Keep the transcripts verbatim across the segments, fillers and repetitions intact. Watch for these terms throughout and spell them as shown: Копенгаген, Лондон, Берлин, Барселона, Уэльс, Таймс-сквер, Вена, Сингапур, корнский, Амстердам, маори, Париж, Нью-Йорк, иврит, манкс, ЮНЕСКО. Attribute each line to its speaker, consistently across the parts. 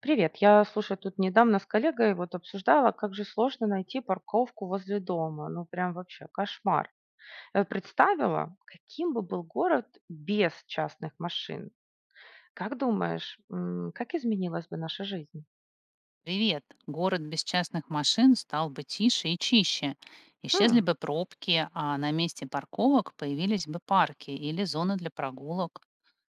Speaker 1: Привет, я, слушай, тут недавно с коллегой вот обсуждала, как же сложно найти парковку возле дома. Ну, прям вообще кошмар. Э, Представила, каким бы был город без частных машин. Как думаешь, м, как изменилась бы наша жизнь?
Speaker 2: Привет. Город без частных машин стал бы тише и чище.
Speaker 1: Хм,
Speaker 2: Исчезли бы пробки, а на месте парковок появились бы парки или зоны для прогулок.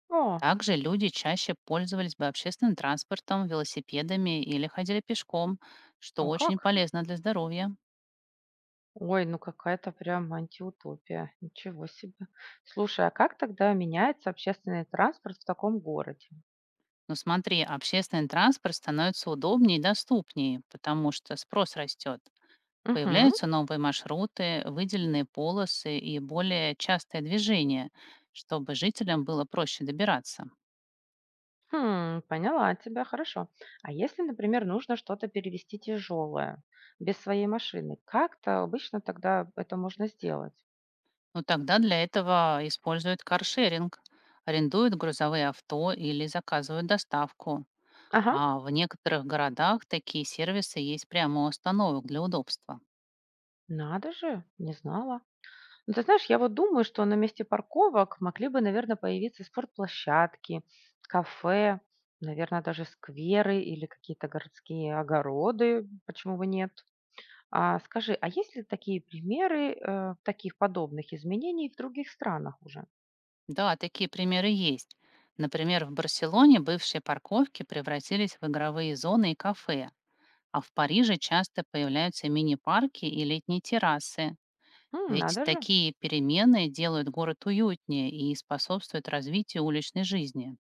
Speaker 1: о,
Speaker 2: Также люди чаще пользовались бы общественным транспортом, велосипедами или ходили пешком, что
Speaker 1: о
Speaker 2: очень
Speaker 1: как?
Speaker 2: полезно для здоровья.
Speaker 1: Ой, ну какая-то прям антиутопия. Ничего себе. Слушай, а как тогда меняется общественный транспорт в таком городе?
Speaker 2: Но смотри, общественный транспорт становится удобнее и доступнее, потому что спрос растет.
Speaker 1: Угу.
Speaker 2: Появляются новые маршруты, выделенные полосы и более частое движение, чтобы жителям было проще добираться.
Speaker 1: Хм, поняла тебя, хорошо. А если, например, нужно что-то перевезти тяжелое без своей машины, как-то обычно тогда это можно сделать?
Speaker 2: Но тогда для этого используют каршеринг, арендуют грузовые авто или заказывают доставку.
Speaker 1: Ага,
Speaker 2: А в некоторых городах такие сервисы есть прямо у остановок для удобства.
Speaker 1: надо же, не знала. Ну, ты знаешь, я вот думаю, что на месте парковок могли бы, наверное, появиться спортплощадки, кафе, наверное, даже скверы или какие-то городские огороды, почему бы нет? А скажи, а есть ли такие примеры э, таких подобных изменений в других странах уже?
Speaker 2: Да, такие примеры есть. Например, в Барселоне бывшие парковки превратились в игровые зоны и кафе, а в Париже часто появляются мини-парки и летние террасы.
Speaker 1: М,
Speaker 2: Ведь
Speaker 1: надо же.
Speaker 2: такие перемены делают город уютнее и способствуют развитию уличной жизни.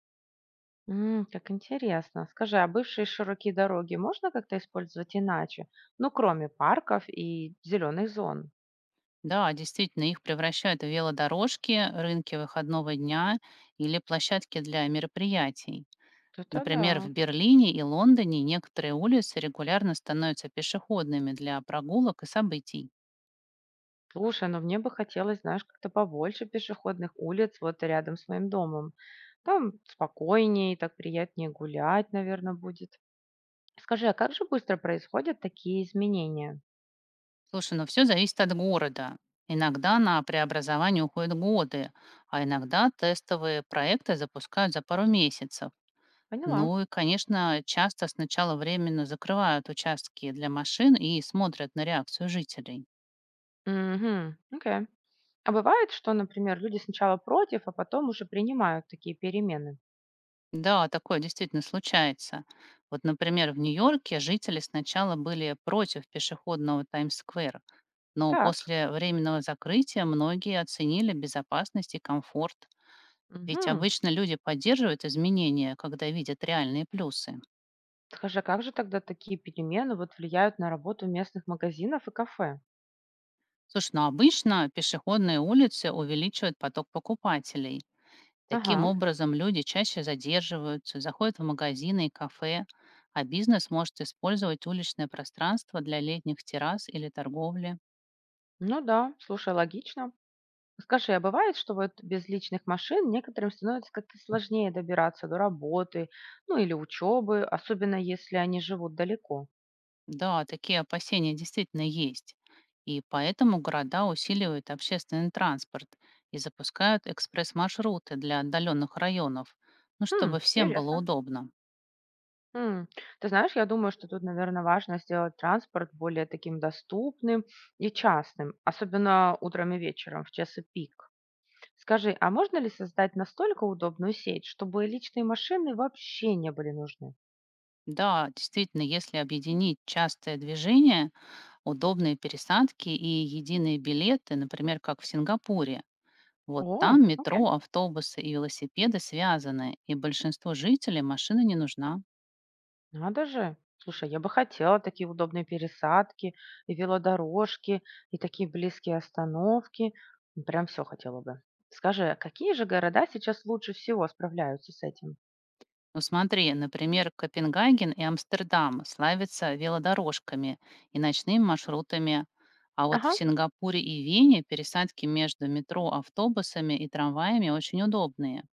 Speaker 1: М, как интересно. Скажи, а бывшие широкие дороги можно как-то использовать иначе? Ну, кроме парков и зеленых зон.
Speaker 2: Да, действительно, их превращают в велодорожки, рынки выходного дня или площадки для мероприятий.
Speaker 1: Это
Speaker 2: Например, в
Speaker 1: да.
Speaker 2: Берлине и Лондоне некоторые улицы регулярно становятся пешеходными для прогулок и событий.
Speaker 1: Слушай, ну мне бы хотелось, знаешь, как-то побольше пешеходных улиц вот рядом с моим домом. Там спокойнее, так приятнее гулять, наверное, будет. Скажи, а как же быстро происходят такие изменения?
Speaker 2: Слушай, ну все зависит от города. Иногда на преобразование уходят годы, а иногда тестовые проекты запускают за пару месяцев.
Speaker 1: Поняла.
Speaker 2: Ну и, конечно, часто сначала временно закрывают участки для машин и смотрят на реакцию жителей.
Speaker 1: Угу, окей. А бывает, что, например, люди сначала против, а потом уже принимают такие перемены.
Speaker 2: Да, такое действительно случается. Вот, например, в Нью-Йорке жители сначала были против пешеходного Таймс-сквера, но
Speaker 1: Так.
Speaker 2: после временного закрытия многие оценили безопасность и комфорт. Ведь
Speaker 1: Мгм.
Speaker 2: обычно люди поддерживают изменения, когда видят реальные плюсы.
Speaker 1: Скажи, а как же тогда такие перемены вот влияют на работу местных магазинов и кафе?
Speaker 2: Слушай, ну обычно пешеходные улицы увеличивают поток покупателей. Таким
Speaker 1: Ага,
Speaker 2: образом, люди чаще задерживаются, заходят в магазины и кафе, а бизнес может использовать уличное пространство для летних террас или торговли.
Speaker 1: ну да, слушай, логично. Скажи, а бывает, что вот без личных машин некоторым становится как-то сложнее добираться до работы, ну или учебы, особенно если они живут далеко?
Speaker 2: Да, такие опасения действительно есть. И поэтому города усиливают общественный транспорт и запускают экспресс-маршруты для отдаленных районов, ну,
Speaker 1: Хм,
Speaker 2: чтобы всем было
Speaker 1: интересно.
Speaker 2: удобно.
Speaker 1: М, Ты знаешь, я думаю, что тут, наверное, важно сделать транспорт более таким доступным и частным, особенно утром и вечером в часы пик. Скажи, а можно ли создать настолько удобную сеть, чтобы личные машины вообще не были нужны?
Speaker 2: Да, действительно, если объединить частое движение, удобные пересадки и единые билеты, например, как в Сингапуре. Вот
Speaker 1: О,
Speaker 2: там
Speaker 1: окей,
Speaker 2: метро, автобусы и велосипеды связаны, и большинству жителей машина не нужна.
Speaker 1: надо же. Слушай, я бы хотела такие удобные пересадки, и велодорожки, и такие близкие остановки. М, Прям все хотела бы. Скажи, а какие же города сейчас лучше всего справляются с этим?
Speaker 2: Ну смотри, например, Копенгаген и Амстердам славятся велодорожками и ночными маршрутами, а вот в
Speaker 1: Ага,
Speaker 2: Сингапуре и Вене пересадки между метро, автобусами и трамваями очень удобные.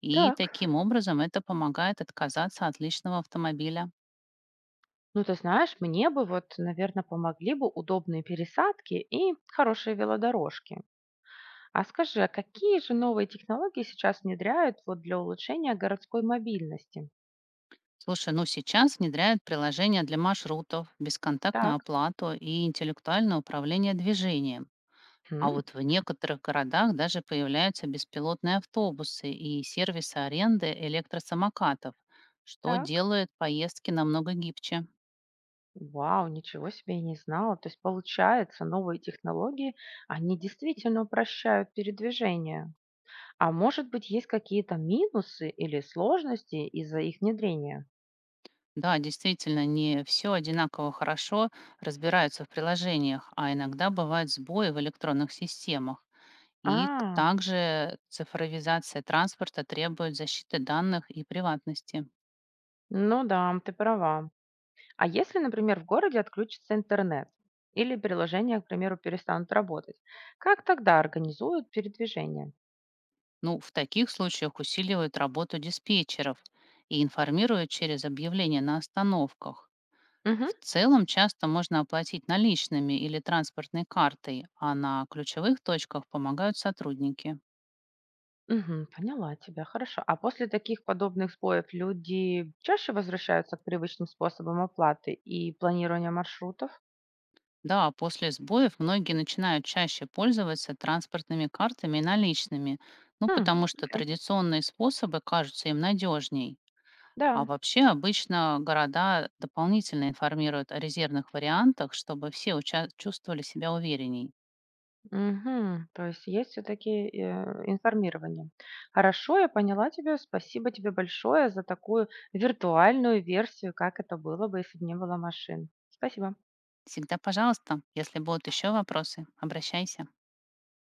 Speaker 2: И
Speaker 1: так.
Speaker 2: таким образом это помогает отказаться от личного автомобиля.
Speaker 1: Ну, ты знаешь, мне бы вот, наверное, помогли бы удобные пересадки и хорошие велодорожки. А скажи, а какие же новые технологии сейчас внедряют вот для улучшения городской мобильности?
Speaker 2: Слушай, ну сейчас внедряют приложения для маршрутов, бесконтактную
Speaker 1: Так,
Speaker 2: оплату и интеллектуальное управление движением. А
Speaker 1: Хм,
Speaker 2: вот в некоторых городах даже появляются беспилотные автобусы и сервисы аренды электросамокатов, что
Speaker 1: так.
Speaker 2: делает поездки намного гибче.
Speaker 1: Вау, ничего себе, я не знала. То есть получается, новые технологии, они действительно упрощают передвижение. А может быть, есть какие-то минусы или сложности из-за их внедрения?
Speaker 2: Да, действительно, не все одинаково хорошо разбираются в приложениях, а иногда бывают сбои в электронных системах. И к-
Speaker 1: А,
Speaker 2: также цифровизация транспорта требует защиты данных и приватности.
Speaker 1: ну да, ты права. А если, например, в городе отключится интернет или приложения, к примеру, перестанут работать, как тогда организуют передвижение?
Speaker 2: Ну, в таких случаях усиливают работу диспетчеров и информируют через объявления на остановках.
Speaker 1: Мгм.
Speaker 2: В целом часто можно оплатить наличными или транспортной картой, а на ключевых точках помогают сотрудники.
Speaker 1: Мгм. Поняла тебя, хорошо. А после таких подобных сбоев люди чаще возвращаются к привычным способам оплаты и планирования маршрутов?
Speaker 2: Да, после сбоев многие начинают чаще пользоваться транспортными картами и наличными, ну
Speaker 1: Хм,
Speaker 2: потому что
Speaker 1: окей.
Speaker 2: традиционные способы кажутся им надежней. А
Speaker 1: Да.
Speaker 2: вообще обычно города дополнительно информируют о резервных вариантах, чтобы все уча- чувствовали себя уверенней.
Speaker 1: Мгм. То есть есть все-таки информирование. Хорошо, я поняла тебя. Спасибо тебе большое за такую виртуальную версию, как это было бы, если бы не было машин. Спасибо.
Speaker 2: Всегда, пожалуйста, если будут еще вопросы, обращайся.